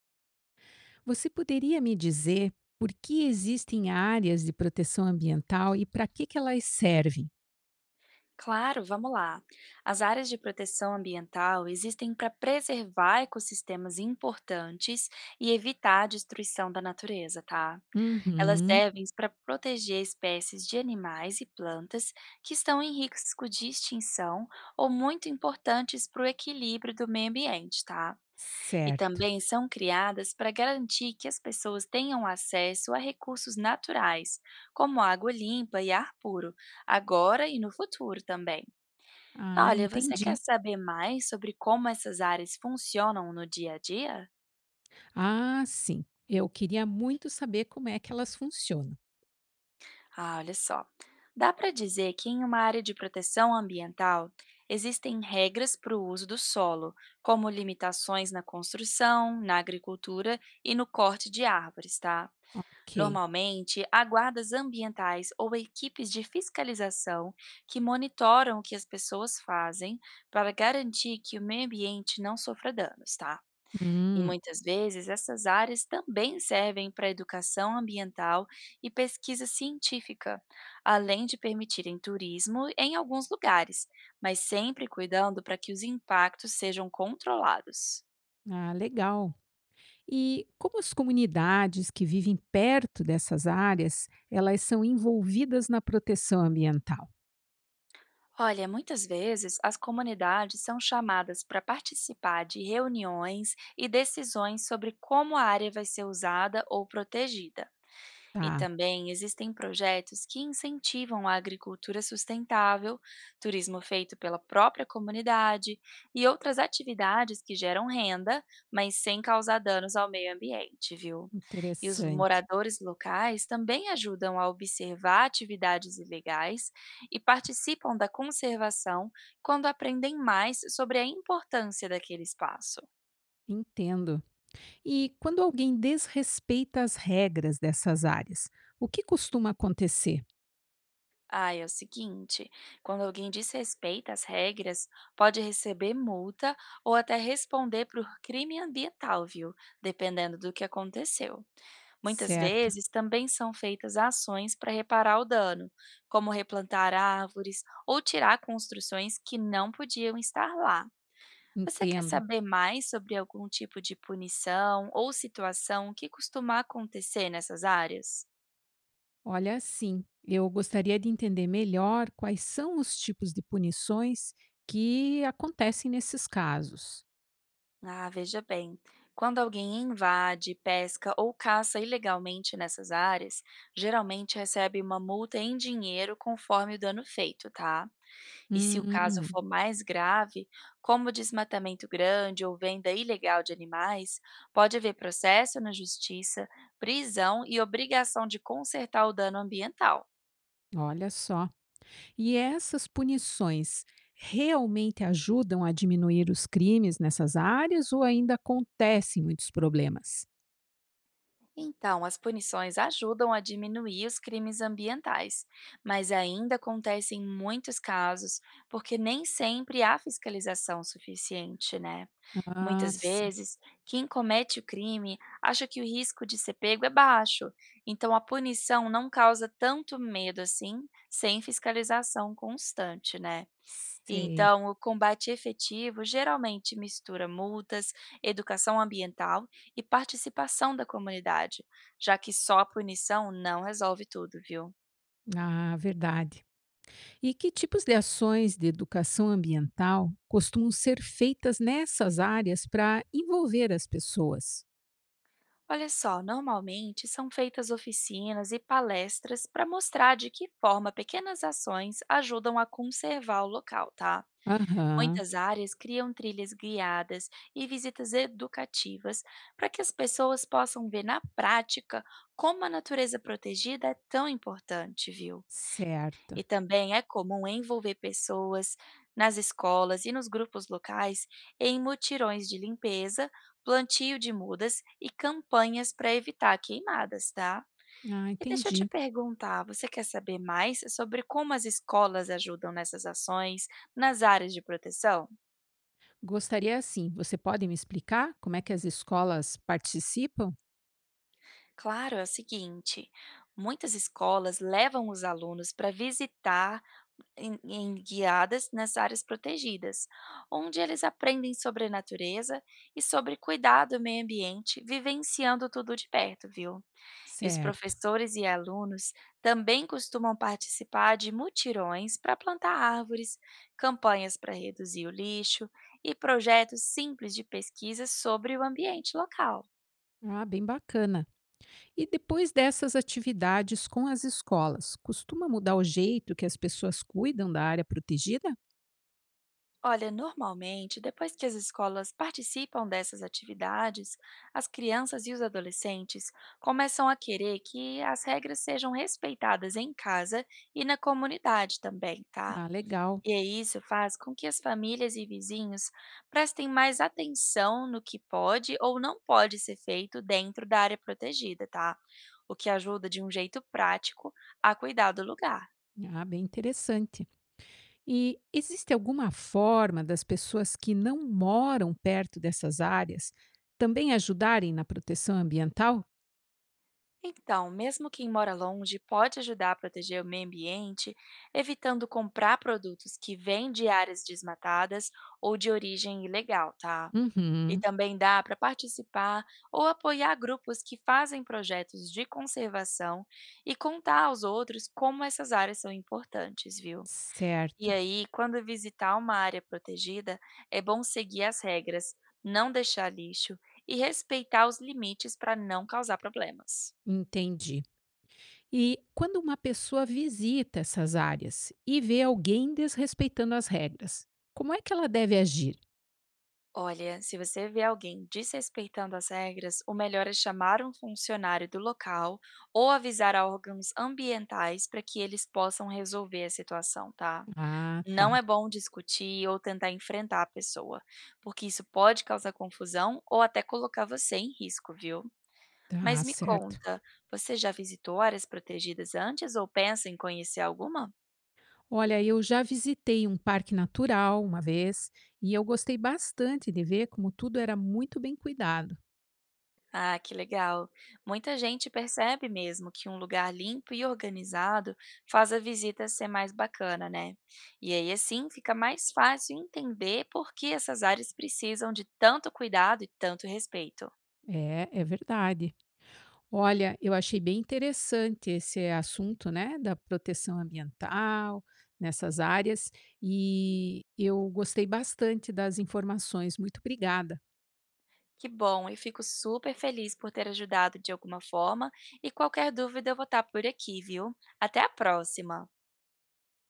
Você poderia me dizer por que existem áreas de proteção ambiental e para que elas servem? Claro, vamos lá. As áreas de proteção ambiental existem para preservar ecossistemas importantes e evitar a destruição da natureza, tá? Elas Uhum, servem para proteger espécies de animais e plantas que estão em risco de extinção ou muito importantes para o equilíbrio do meio ambiente, tá? E certo. também são criadas para garantir que as pessoas tenham acesso a recursos naturais, como água limpa e ar puro, agora e no futuro também. Ah, Olha, você quer entendi. saber mais sobre como essas áreas funcionam no dia a dia? Ah, sim, eu queria muito saber como é que elas funcionam. Ah, olha só. Dá para dizer que em uma área de proteção ambiental existem regras para o uso do solo, como limitações na construção, na agricultura e no corte de árvores, tá? Ok. Normalmente, há guardas ambientais ou equipes de fiscalização que monitoram o que as pessoas fazem para garantir que o meio ambiente não sofra danos, tá? E Hum, muitas vezes essas áreas também servem para educação ambiental e pesquisa científica, além de permitirem turismo em alguns lugares, mas sempre cuidando para que os impactos sejam controlados. ah, legal. E como as comunidades que vivem perto dessas áreas, elas são envolvidas na proteção ambiental? Olha, muitas vezes as comunidades são chamadas para participar de reuniões e decisões sobre como a área vai ser usada ou protegida. E Tá, também existem projetos que incentivam a agricultura sustentável, turismo feito pela própria comunidade e outras atividades que geram renda, mas sem causar danos ao meio ambiente, viu? E os interessante. moradores locais também ajudam a observar atividades ilegais e participam da conservação quando aprendem mais sobre a importância daquele espaço. Entendo. E quando alguém desrespeita as regras dessas áreas, o que costuma acontecer? Ah, é o seguinte, quando alguém desrespeita as regras, pode receber multa ou até responder por crime ambiental, viu? Dependendo do que aconteceu. Muitas Certo, vezes também são feitas ações para reparar o dano, como replantar árvores ou tirar construções que não podiam estar lá. Você quer entendo. saber mais sobre algum tipo de punição ou situação que costuma acontecer nessas áreas? Olha, sim, eu gostaria de entender melhor quais são os tipos de punições que acontecem nesses casos. Ah, veja bem. Quando alguém invade, pesca ou caça ilegalmente nessas áreas, geralmente recebe uma multa em dinheiro conforme o dano feito, tá? E se o caso Hum, for mais grave, como desmatamento grande ou venda ilegal de animais, pode haver processo na justiça, prisão e obrigação de consertar o dano ambiental. olha só. E essas punições realmente ajudam a diminuir os crimes nessas áreas ou ainda acontecem muitos problemas? Então, as punições ajudam a diminuir os crimes ambientais, mas ainda acontecem muitos casos porque nem sempre há fiscalização suficiente, né? Ah, Muitas sim, vezes, quem comete o crime acha que o risco de ser pego é baixo, então a punição não causa tanto medo assim, sem fiscalização constante, né? sei. Então, o combate efetivo geralmente mistura multas, educação ambiental e participação da comunidade, já que só a punição não resolve tudo, viu? Ah, verdade. E que tipos de ações de educação ambiental costumam ser feitas nessas áreas para envolver as pessoas? Olha só, normalmente são feitas oficinas e palestras para mostrar de que forma pequenas ações ajudam a conservar o local, tá? Aham, Muitas áreas criam trilhas guiadas e visitas educativas para que as pessoas possam ver na prática como a natureza protegida é tão importante, viu? E certo. também é comum envolver pessoas nas escolas e nos grupos locais em mutirões de limpeza, plantio de mudas e campanhas para evitar queimadas, tá? Ah, E deixa eu te entendi. perguntar, você quer saber mais sobre como as escolas ajudam nessas ações nas áreas de proteção? Gostaria assim, você pode me explicar como é que as escolas participam? Claro, é o seguinte, muitas escolas levam os alunos para visitar em guiadas nas áreas protegidas, onde eles aprendem sobre a natureza e sobre cuidado ao meio ambiente, vivenciando tudo de perto, viu? E os Certo. professores e alunos também costumam participar de mutirões para plantar árvores, campanhas para reduzir o lixo e projetos simples de pesquisa sobre o ambiente local. Ah, bem bacana. E depois dessas atividades com as escolas, costuma mudar o jeito que as pessoas cuidam da área protegida? Olha, normalmente, depois que as escolas participam dessas atividades, as crianças e os adolescentes começam a querer que as regras sejam respeitadas em casa e na comunidade também, tá? Ah, legal. E aí isso faz com que as famílias e vizinhos prestem mais atenção no que pode ou não pode ser feito dentro da área protegida, tá? O que ajuda de um jeito prático a cuidar do lugar. Ah, bem interessante. E existe alguma forma das pessoas que não moram perto dessas áreas também ajudarem na proteção ambiental? Então, mesmo quem mora longe pode ajudar a proteger o meio ambiente, evitando comprar produtos que vêm de áreas desmatadas ou de origem ilegal, tá? E Uhum, também dá para participar ou apoiar grupos que fazem projetos de conservação e contar aos outros como essas áreas são importantes, viu? E certo. aí, quando visitar uma área protegida, é bom seguir as regras, não deixar lixo e respeitar os limites para não causar problemas. Entendi. E quando uma pessoa visita essas áreas e vê alguém desrespeitando as regras, como é que ela deve agir? Olha, se você vê alguém desrespeitando as regras, o melhor é chamar um funcionário do local ou avisar a órgãos ambientais para que eles possam resolver a situação, tá? Ah, Não tá, é bom discutir ou tentar enfrentar a pessoa, porque isso pode causar confusão ou até colocar você em risco, viu? tá Mas me certo. conta, você já visitou áreas protegidas antes ou pensa em conhecer alguma? Olha, eu já visitei um parque natural uma vez e eu gostei bastante de ver como tudo era muito bem cuidado. Ah, que legal! Muita gente percebe mesmo que um lugar limpo e organizado faz a visita ser mais bacana, né? E aí, assim, fica mais fácil entender por que essas áreas precisam de tanto cuidado e tanto respeito. É, verdade. Olha, eu achei bem interessante esse assunto, né, da proteção ambiental nessas áreas e eu gostei bastante das informações. Muito obrigada. Que bom, eu fico super feliz por ter ajudado de alguma forma e qualquer dúvida eu vou estar por aqui, viu? Até a próxima!